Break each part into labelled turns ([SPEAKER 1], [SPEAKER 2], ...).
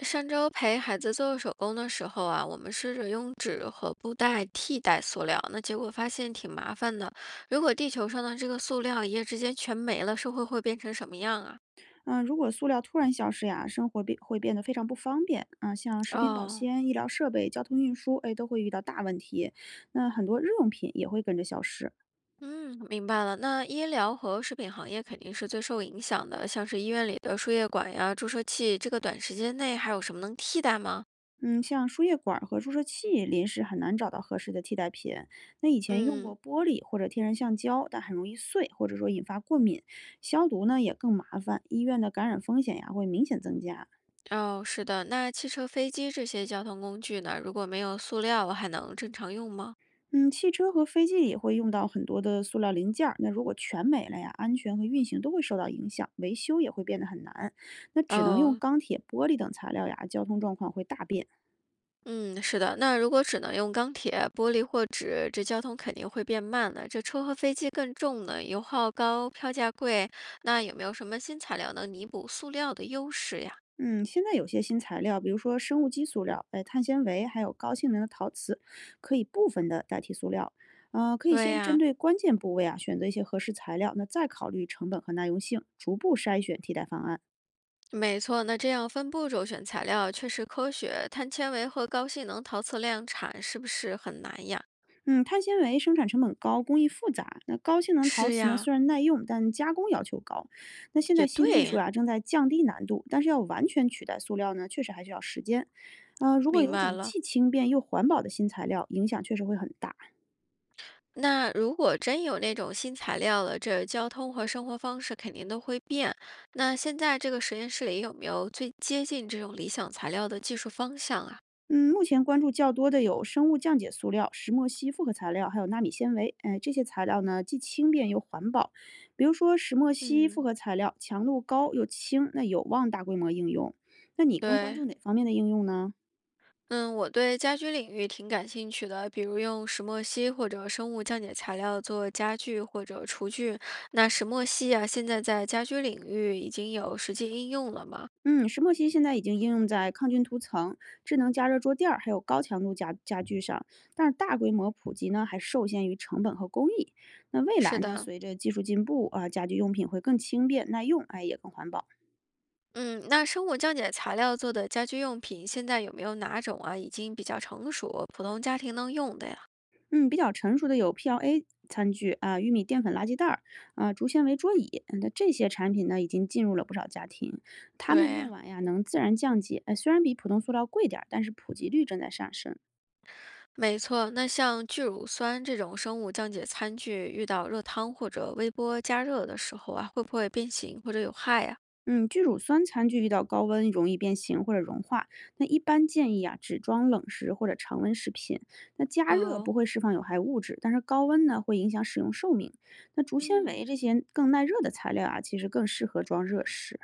[SPEAKER 1] 上周陪孩子做手工的时候啊，我们试着用纸和布袋替代塑料，那结果发现挺麻烦的。如果地球上的这个塑料一夜之间全没了，社会会变成什么样啊？
[SPEAKER 2] 嗯，如果塑料突然消失呀，生活会变得非常不方便。啊。像食品保
[SPEAKER 1] 哦，
[SPEAKER 2] 鲜、医疗设备、交通运输，哎，都会遇到大问题。那很多日用品也会跟着消失。
[SPEAKER 1] 嗯，明白了。那医疗和食品行业肯定是最受影响的，像是医院里的输液管呀、注射器，这个短时间内还有什么能替代吗？
[SPEAKER 2] 嗯，像输液管儿和注射器，临时很难找到合适的替代品。那以前用
[SPEAKER 1] 嗯，
[SPEAKER 2] 过玻璃或者天然橡胶，但很容易碎，或者说引发过敏。消毒呢也更麻烦，医院的感染风险呀会明显增加。
[SPEAKER 1] 哦，是的。那汽车、飞机这些交通工具呢？如果没有塑料，还能正常用吗？
[SPEAKER 2] 嗯，汽车和飞机也会用到很多的塑料零件儿，那如果全没了呀，安全和运行都会受到影响，维修也会变得很难。那只能用
[SPEAKER 1] 哦，
[SPEAKER 2] 钢铁、玻璃等材料呀，交通状况会大变。
[SPEAKER 1] 嗯，是的，那如果只能用钢铁、玻璃或纸，这交通肯定会变慢的。这车和飞机更重呢，油耗高，票价贵。那有没有什么新材料能弥补塑料的优势呀？
[SPEAKER 2] 嗯，现在有些新材料，比如说生物基塑料、哎碳纤维，还有高性能的陶瓷，可以部分的代替塑料。可以
[SPEAKER 1] 对
[SPEAKER 2] 先针
[SPEAKER 1] 呀，
[SPEAKER 2] 对关键部位啊，选择一些合适材料，那再考虑成本和耐用性，逐步筛选替代方案。
[SPEAKER 1] 没错。那这样分步骤选材料确实科学，碳纤维和高性能陶瓷量产是不是很难呀？
[SPEAKER 2] 嗯，碳纤维生产成本高，工艺复杂。那高性能陶
[SPEAKER 1] 是
[SPEAKER 2] 瓷呢，
[SPEAKER 1] 呀，
[SPEAKER 2] 虽然耐用，但加工要求高。那现在
[SPEAKER 1] 也
[SPEAKER 2] 新技术
[SPEAKER 1] 对，
[SPEAKER 2] 呀、正在降低难度，但是要完全取代塑料呢，确实还需要时间。如果
[SPEAKER 1] 明
[SPEAKER 2] 有
[SPEAKER 1] 白
[SPEAKER 2] 种
[SPEAKER 1] 了。
[SPEAKER 2] 既轻便又环保的新材料，影响确实会很大。
[SPEAKER 1] 那如果真有那种新材料了，这交通和生活方式肯定都会变。那现在这个实验室里有没有最接近这种理想材料的技术方向啊？
[SPEAKER 2] 嗯，目前关注较多的有生物降解塑料、石墨烯复合材料，还有纳米纤维。哎，这些材料呢，既轻便又环保。比如说石墨烯复
[SPEAKER 1] 嗯，
[SPEAKER 2] 合材料，强度高又轻，那有望大规模应用。那你更关
[SPEAKER 1] 对，
[SPEAKER 2] 注哪方面的应用呢？
[SPEAKER 1] 嗯，我对家居领域挺感兴趣的，比如用石墨烯或者生物降解材料做家具或者厨具。那石墨烯啊，现在在家居领域已经有实际应用了吗？
[SPEAKER 2] 嗯，石墨烯现在已经应用在抗菌涂层、智能加热桌垫儿，还有高强度家具上，但是大规模普及呢，还受限于成本和工艺。那未
[SPEAKER 1] 是
[SPEAKER 2] 来呢，
[SPEAKER 1] 的，
[SPEAKER 2] 随着技术进步啊，家居用品会更轻便、耐用，哎，也更环保。
[SPEAKER 1] 嗯，那生物降解材料做的家居用品，现在有没有哪种啊已经比较成熟，普通家庭能用的呀？
[SPEAKER 2] 嗯，比较成熟的有 PLA 餐具啊、玉米淀粉垃圾袋儿啊、竹纤维桌椅，嗯那这些产品呢，已经进入了不少家庭。它们用
[SPEAKER 1] 对，
[SPEAKER 2] 完呀，能自然降解，哎，虽然比普通塑料贵点儿，但是普及率正在上升。
[SPEAKER 1] 没错，那像聚乳酸这种生物降解餐具，遇到热汤或者微波加热的时候啊，会不会变形或者有害呀？
[SPEAKER 2] 嗯，聚乳酸餐具遇到高温容易变形或者融化，那一般建议啊只装冷食或者常温食品。那加热不
[SPEAKER 1] 哦，
[SPEAKER 2] 会释放有害物质，但是高温呢会影响使用寿命。那竹纤
[SPEAKER 1] 嗯，
[SPEAKER 2] 维这些更耐热的材料啊，其实更适合装热食。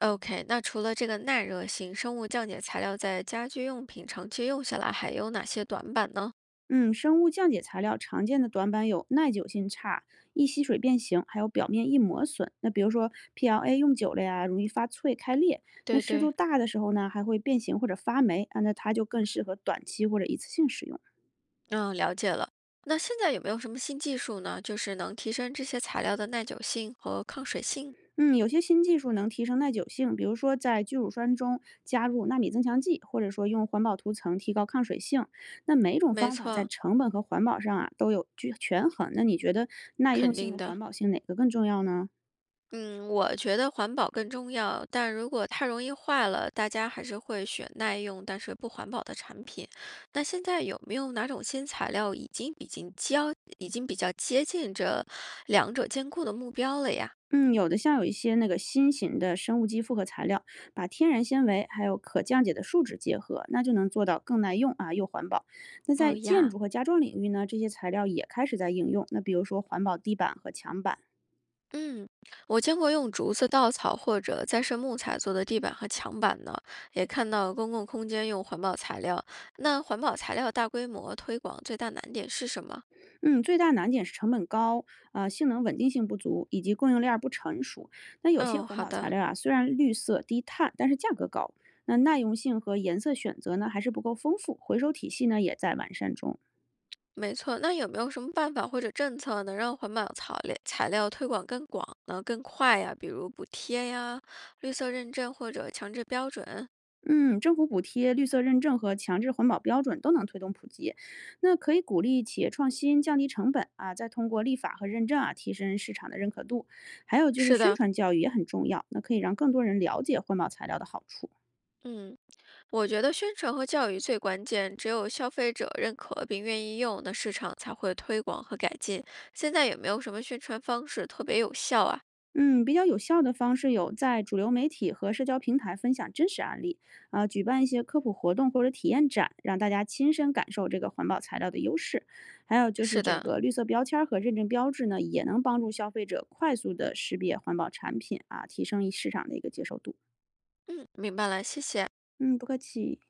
[SPEAKER 1] OK，那除了这个耐热性生物降解材料，在家居用品长期用下来还有哪些短板呢？
[SPEAKER 2] 嗯，生物降解材料常见的短板有耐久性差、易吸水变形，还有表面易磨损。那比如说 PLA 用久了呀，容易发脆开裂。那
[SPEAKER 1] 对
[SPEAKER 2] 湿度
[SPEAKER 1] 对，
[SPEAKER 2] 大的时候呢，还会变形或者发霉啊，那它就更适合短期或者一次性使用。
[SPEAKER 1] 嗯，了解了。那现在有没有什么新技术呢？就是能提升这些材料的耐久性和抗水性？
[SPEAKER 2] 嗯，有些新技术能提升耐久性，比如说在聚乳酸中加入纳米增强剂，或者说用环保涂层提高抗水性。那每种
[SPEAKER 1] 没
[SPEAKER 2] 方法在
[SPEAKER 1] 错，
[SPEAKER 2] 成本和环保上啊都有均权衡。那你觉得耐用
[SPEAKER 1] 肯
[SPEAKER 2] 性
[SPEAKER 1] 定
[SPEAKER 2] 和
[SPEAKER 1] 的。
[SPEAKER 2] 环保性哪个更重要呢？
[SPEAKER 1] 嗯，我觉得环保更重要，但如果太容易坏了，大家还是会选耐用但是不环保的产品。那现在有没有哪种新材料已经比较交，已经比较接近这两者兼顾的目标了呀？
[SPEAKER 2] 嗯，有的像有一些那个新型的生物基复合材料，把天然纤维还有可降解的树脂结合，那就能做到更耐用啊又环保。那在
[SPEAKER 1] 好
[SPEAKER 2] 建
[SPEAKER 1] 呀，
[SPEAKER 2] 筑和家装领域呢，这些材料也开始在应用。那比如说环保地板和墙板。
[SPEAKER 1] 嗯，我见过用竹子、稻草或者再生木材做的地板和墙板呢，也看到公共空间用环保材料。那环保材料大规模推广最大难点是什么？
[SPEAKER 2] 嗯，最大难点是成本高，啊，性能稳定性不足，以及供应链儿不成熟。那有些
[SPEAKER 1] 哦，
[SPEAKER 2] 环
[SPEAKER 1] 好
[SPEAKER 2] 保材
[SPEAKER 1] 的，
[SPEAKER 2] 料啊，虽然绿色低碳，但是价格高。那耐用性和颜色选择呢，还是不够丰富，回收体系呢也在完善中。
[SPEAKER 1] 没错。那有没有什么办法或者政策能让环保材料推广更广呢、更快呀？比如补贴呀、绿色认证或者强制标准？
[SPEAKER 2] 嗯，政府补贴、绿色认证和强制环保标准都能推动普及。那可以鼓励企业创新，降低成本啊，再通过立法和认证啊，提升市场的认可度。还有就是
[SPEAKER 1] 是
[SPEAKER 2] 宣
[SPEAKER 1] 的，
[SPEAKER 2] 传教育也很重要，那可以让更多人了解环保材料的好处。
[SPEAKER 1] 嗯。我觉得宣传和教育最关键，只有消费者认可并愿意用，那市场才会推广和改进。现在有没有什么宣传方式特别有效啊？
[SPEAKER 2] 嗯，比较有效的方式有在主流媒体和社交平台分享真实案例，啊、举办一些科普活动或者体验展，让大家亲身感受这个环保材料的优势。还有就是
[SPEAKER 1] 是
[SPEAKER 2] 这
[SPEAKER 1] 的，
[SPEAKER 2] 个绿色标签儿和认证标志呢，也能帮助消费者快速的识别环保产品啊，提升市场的一个接受度。
[SPEAKER 1] 嗯，明白了，谢谢。
[SPEAKER 2] 嗯，不客气。